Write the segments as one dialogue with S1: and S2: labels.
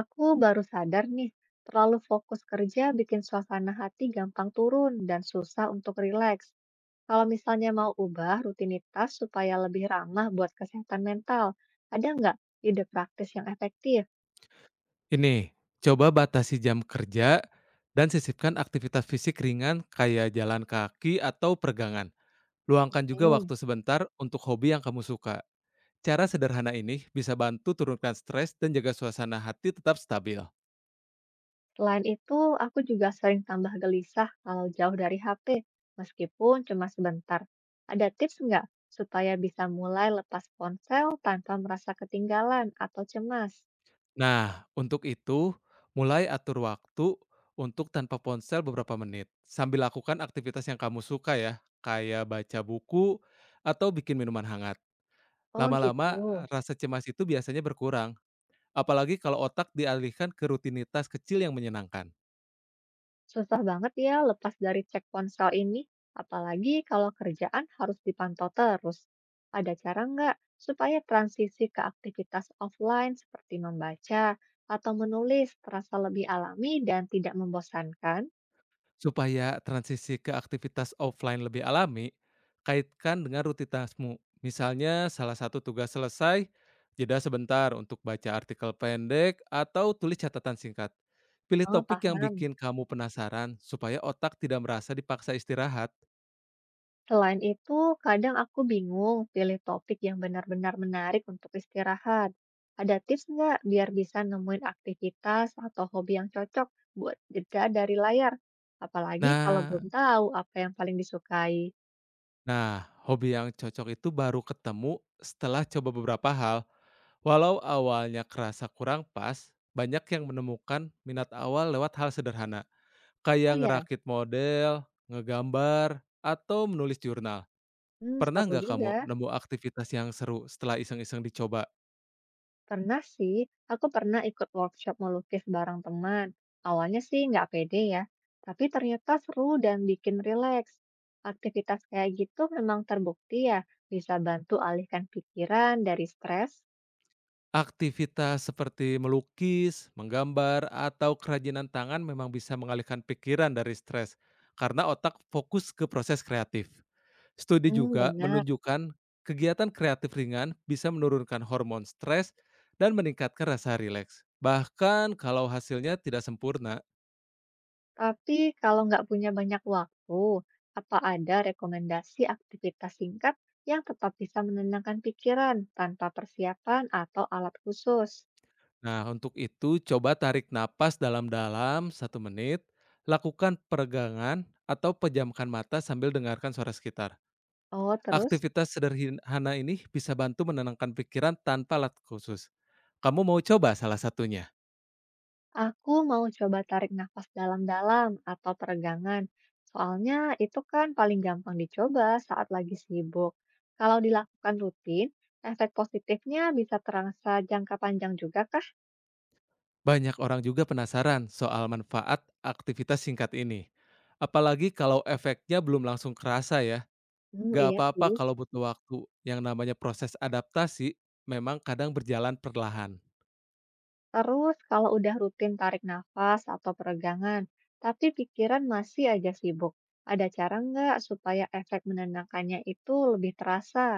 S1: Aku baru sadar nih, terlalu fokus kerja bikin suasana hati gampang turun dan susah untuk rileks. Kalau misalnya mau ubah rutinitas supaya lebih ramah buat kesehatan mental, ada nggak ide praktis yang efektif?
S2: Ini, coba batasi jam kerja dan sisipkan aktivitas fisik ringan kayak jalan kaki atau peregangan. Luangkan
S1: Oke.
S2: juga waktu sebentar untuk hobi yang kamu suka. Cara sederhana ini bisa bantu turunkan stres dan jaga suasana hati tetap stabil.
S1: Selain itu, aku juga sering tambah gelisah kalau jauh dari HP, meskipun cuma sebentar. Ada tips nggak supaya bisa mulai lepas ponsel tanpa merasa ketinggalan atau cemas?
S2: Nah, untuk itu, mulai atur waktu untuk tanpa ponsel beberapa menit, sambil lakukan aktivitas yang kamu suka ya, kayak baca buku atau bikin minuman hangat.
S1: Oh gitu.
S2: Lama-lama, rasa cemas itu biasanya berkurang. Apalagi kalau otak dialihkan ke rutinitas kecil yang menyenangkan.
S1: Susah banget ya lepas dari cek ponsel ini, apalagi kalau kerjaan harus dipantau terus. Ada cara nggak supaya transisi ke aktivitas offline seperti membaca atau menulis terasa lebih alami dan tidak membosankan?
S2: Supaya transisi ke aktivitas offline lebih alami, kaitkan dengan rutinitasmu. Misalnya salah satu tugas selesai, jeda sebentar untuk baca artikel pendek atau tulis catatan singkat. Pilih
S1: Oh,
S2: topik yang
S1: paham.
S2: bikin kamu penasaran supaya otak tidak merasa dipaksa istirahat.
S1: Selain itu, kadang aku bingung pilih topik yang benar-benar menarik untuk istirahat. Ada tips nggak biar bisa nemuin aktivitas atau hobi yang cocok buat jeda dari layar? Apalagi kalau
S2: Nah,
S1: belum tahu apa yang paling disukai.
S2: Nah, hobi yang cocok itu baru ketemu setelah coba beberapa hal. Walau awalnya kerasa kurang pas, banyak yang menemukan minat awal lewat hal sederhana,
S1: Oh
S2: kayak
S1: ya,
S2: ngerakit model, ngegambar, atau menulis jurnal.
S1: hmm,
S2: Pernah
S1: seru
S2: nggak
S1: juga.
S2: kamu nemu aktivitas yang seru setelah iseng-iseng dicoba?
S1: Pernah sih, aku pernah ikut workshop melukis bareng teman. Awalnya sih nggak pede ya, tapi ternyata seru dan bikin rileks. Aktivitas kayak gitu memang terbukti ya, bisa bantu alihkan pikiran dari stres.
S2: Aktivitas seperti melukis, menggambar, atau kerajinan tangan memang bisa mengalihkan pikiran dari stres karena otak fokus ke proses kreatif. Studi
S1: Hmm,
S2: juga
S1: benar.
S2: menunjukkan kegiatan kreatif ringan bisa menurunkan hormon stres dan meningkatkan rasa rileks, bahkan kalau hasilnya tidak sempurna.
S1: Tapi kalau nggak punya banyak waktu, apa ada rekomendasi aktivitas singkat yang tetap bisa menenangkan pikiran tanpa persiapan atau alat khusus?
S2: Nah, untuk itu coba tarik napas dalam-dalam satu menit, lakukan peregangan atau pejamkan mata sambil dengarkan suara sekitar.
S1: Oh, terus?
S2: Aktivitas sederhana ini bisa bantu menenangkan pikiran tanpa alat khusus. Kamu mau coba salah satunya?
S1: Aku mau coba tarik nafas dalam-dalam atau peregangan, soalnya itu kan paling gampang dicoba saat lagi sibuk. Kalau dilakukan rutin, efek positifnya bisa terasa jangka panjang juga kah?
S2: Banyak orang juga penasaran soal manfaat aktivitas singkat ini. Apalagi kalau efeknya belum langsung kerasa ya.
S1: Hmm,
S2: Gak
S1: iya
S2: apa-apa
S1: sih.
S2: kalau butuh waktu. Yang namanya proses adaptasi memang kadang berjalan perlahan.
S1: Terus kalau udah rutin tarik nafas atau peregangan, tapi pikiran masih aja sibuk, ada cara nggak supaya efek menenangkannya itu lebih terasa?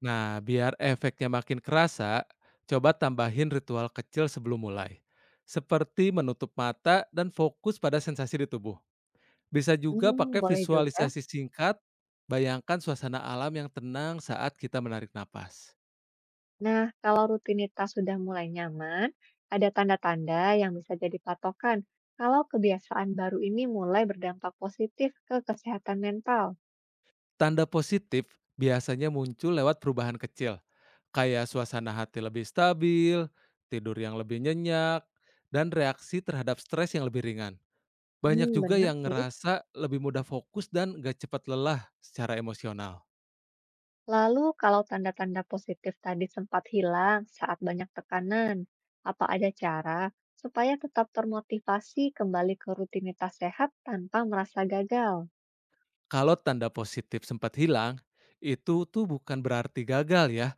S2: Nah, biar efeknya makin kerasa, coba tambahin ritual kecil sebelum mulai. Seperti menutup mata dan fokus pada sensasi di tubuh. Bisa juga
S1: Hmm,
S2: pakai
S1: boleh juga.
S2: visualisasi singkat, bayangkan suasana alam yang tenang saat kita menarik napas.
S1: Nah, kalau rutinitas sudah mulai nyaman, ada tanda-tanda yang bisa jadi patokan kalau kebiasaan baru ini mulai berdampak positif ke kesehatan mental.
S2: Tanda positif biasanya muncul lewat perubahan kecil, kayak suasana hati lebih stabil, tidur yang lebih nyenyak, dan reaksi terhadap stres yang lebih ringan. Banyak
S1: Hmm,
S2: juga
S1: bener
S2: yang
S1: sih.
S2: ngerasa lebih mudah fokus dan gak cepat lelah secara emosional.
S1: Lalu, kalau tanda-tanda positif tadi sempat hilang saat banyak tekanan, apa ada cara supaya tetap termotivasi kembali ke rutinitas sehat tanpa merasa gagal?
S2: Kalau tanda positif sempat hilang, itu tuh bukan berarti gagal ya.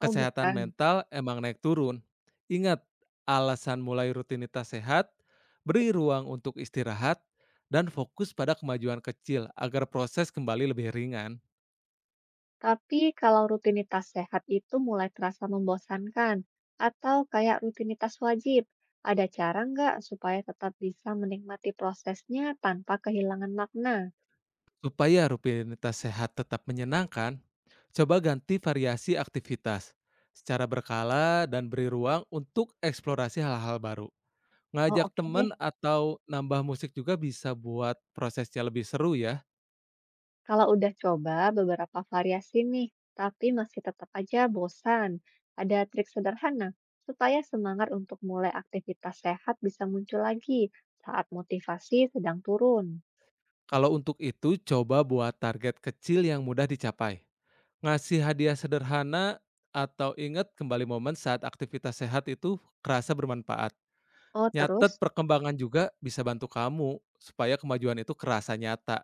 S1: Oh,
S2: Kesehatan
S1: bukan.
S2: mental emang naik turun. Ingat, alasan mulai rutinitas sehat, beri ruang untuk istirahat, dan fokus pada kemajuan kecil agar proses kembali lebih ringan.
S1: Tapi kalau rutinitas sehat itu mulai terasa membosankan atau kayak rutinitas wajib, ada cara nggak supaya tetap bisa menikmati prosesnya tanpa kehilangan makna?
S2: Supaya rutinitas sehat tetap menyenangkan, coba ganti variasi aktivitas secara berkala dan beri ruang untuk eksplorasi hal-hal baru.
S1: Oh
S2: Ngajak
S1: oke deh,
S2: temen atau nambah musik juga bisa buat prosesnya lebih seru ya.
S1: kalau udah coba beberapa variasi nih, tapi masih tetap aja bosan. Ada trik sederhana supaya semangat untuk mulai aktivitas sehat bisa muncul lagi saat motivasi sedang turun.
S2: Kalau untuk itu, coba buat target kecil yang mudah dicapai. Ngasih hadiah sederhana atau ingat kembali momen saat aktivitas sehat itu kerasa bermanfaat.
S1: Oh
S2: Nyatet
S1: terus?
S2: perkembangan juga bisa bantu kamu supaya kemajuan itu kerasa nyata.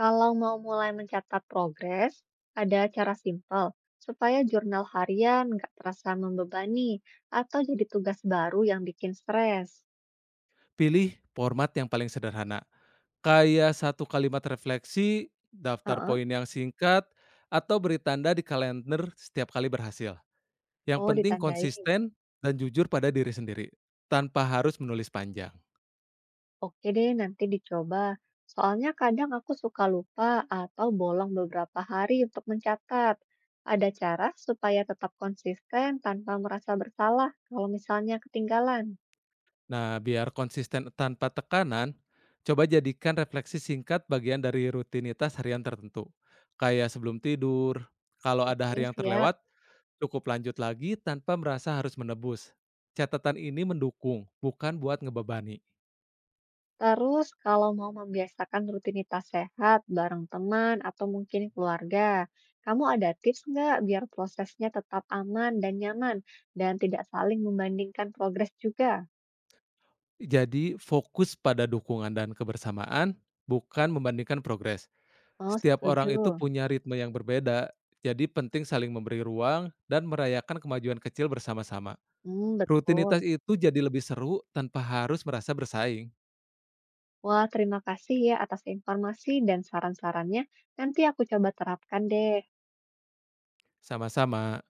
S1: Kalau mau mulai mencatat progres, ada cara simpel supaya jurnal harian nggak terasa membebani atau jadi tugas baru yang bikin stres.
S2: Pilih format yang paling sederhana. Kayak satu kalimat refleksi, daftar
S1: Heeh.
S2: poin yang singkat, atau beri tanda di kalender setiap kali berhasil. Yang
S1: Oh,
S2: penting
S1: ditandai.
S2: konsisten dan jujur pada diri sendiri, tanpa harus menulis panjang.
S1: Oke deh, nanti dicoba. Soalnya kadang aku suka lupa atau bolong beberapa hari untuk mencatat. Ada cara supaya tetap konsisten tanpa merasa bersalah kalau misalnya ketinggalan.
S2: Nah, biar konsisten tanpa tekanan, coba jadikan refleksi singkat bagian dari rutinitas harian tertentu. Kayak sebelum tidur, kalau ada
S1: Oke,
S2: hari yang
S1: siap.
S2: terlewat, cukup lanjut lagi tanpa merasa harus menebus. Catatan ini mendukung, bukan buat ngebebani.
S1: Terus, kalau mau membiasakan rutinitas sehat bareng teman atau mungkin keluarga, kamu ada tips nggak biar prosesnya tetap aman dan nyaman dan tidak saling membandingkan progres juga?
S2: Jadi fokus pada dukungan dan kebersamaan, bukan membandingkan progres.
S1: Oh,
S2: Setiap orang itu
S1: setuju.
S2: punya ritme yang berbeda, jadi penting saling memberi ruang dan merayakan kemajuan kecil bersama-sama.
S1: Hmm, betul.
S2: Rutinitas itu jadi lebih seru tanpa harus merasa bersaing.
S1: Wah, terima kasih ya atas informasi dan saran-sarannya. Nanti aku coba terapkan deh.
S2: Sama-sama.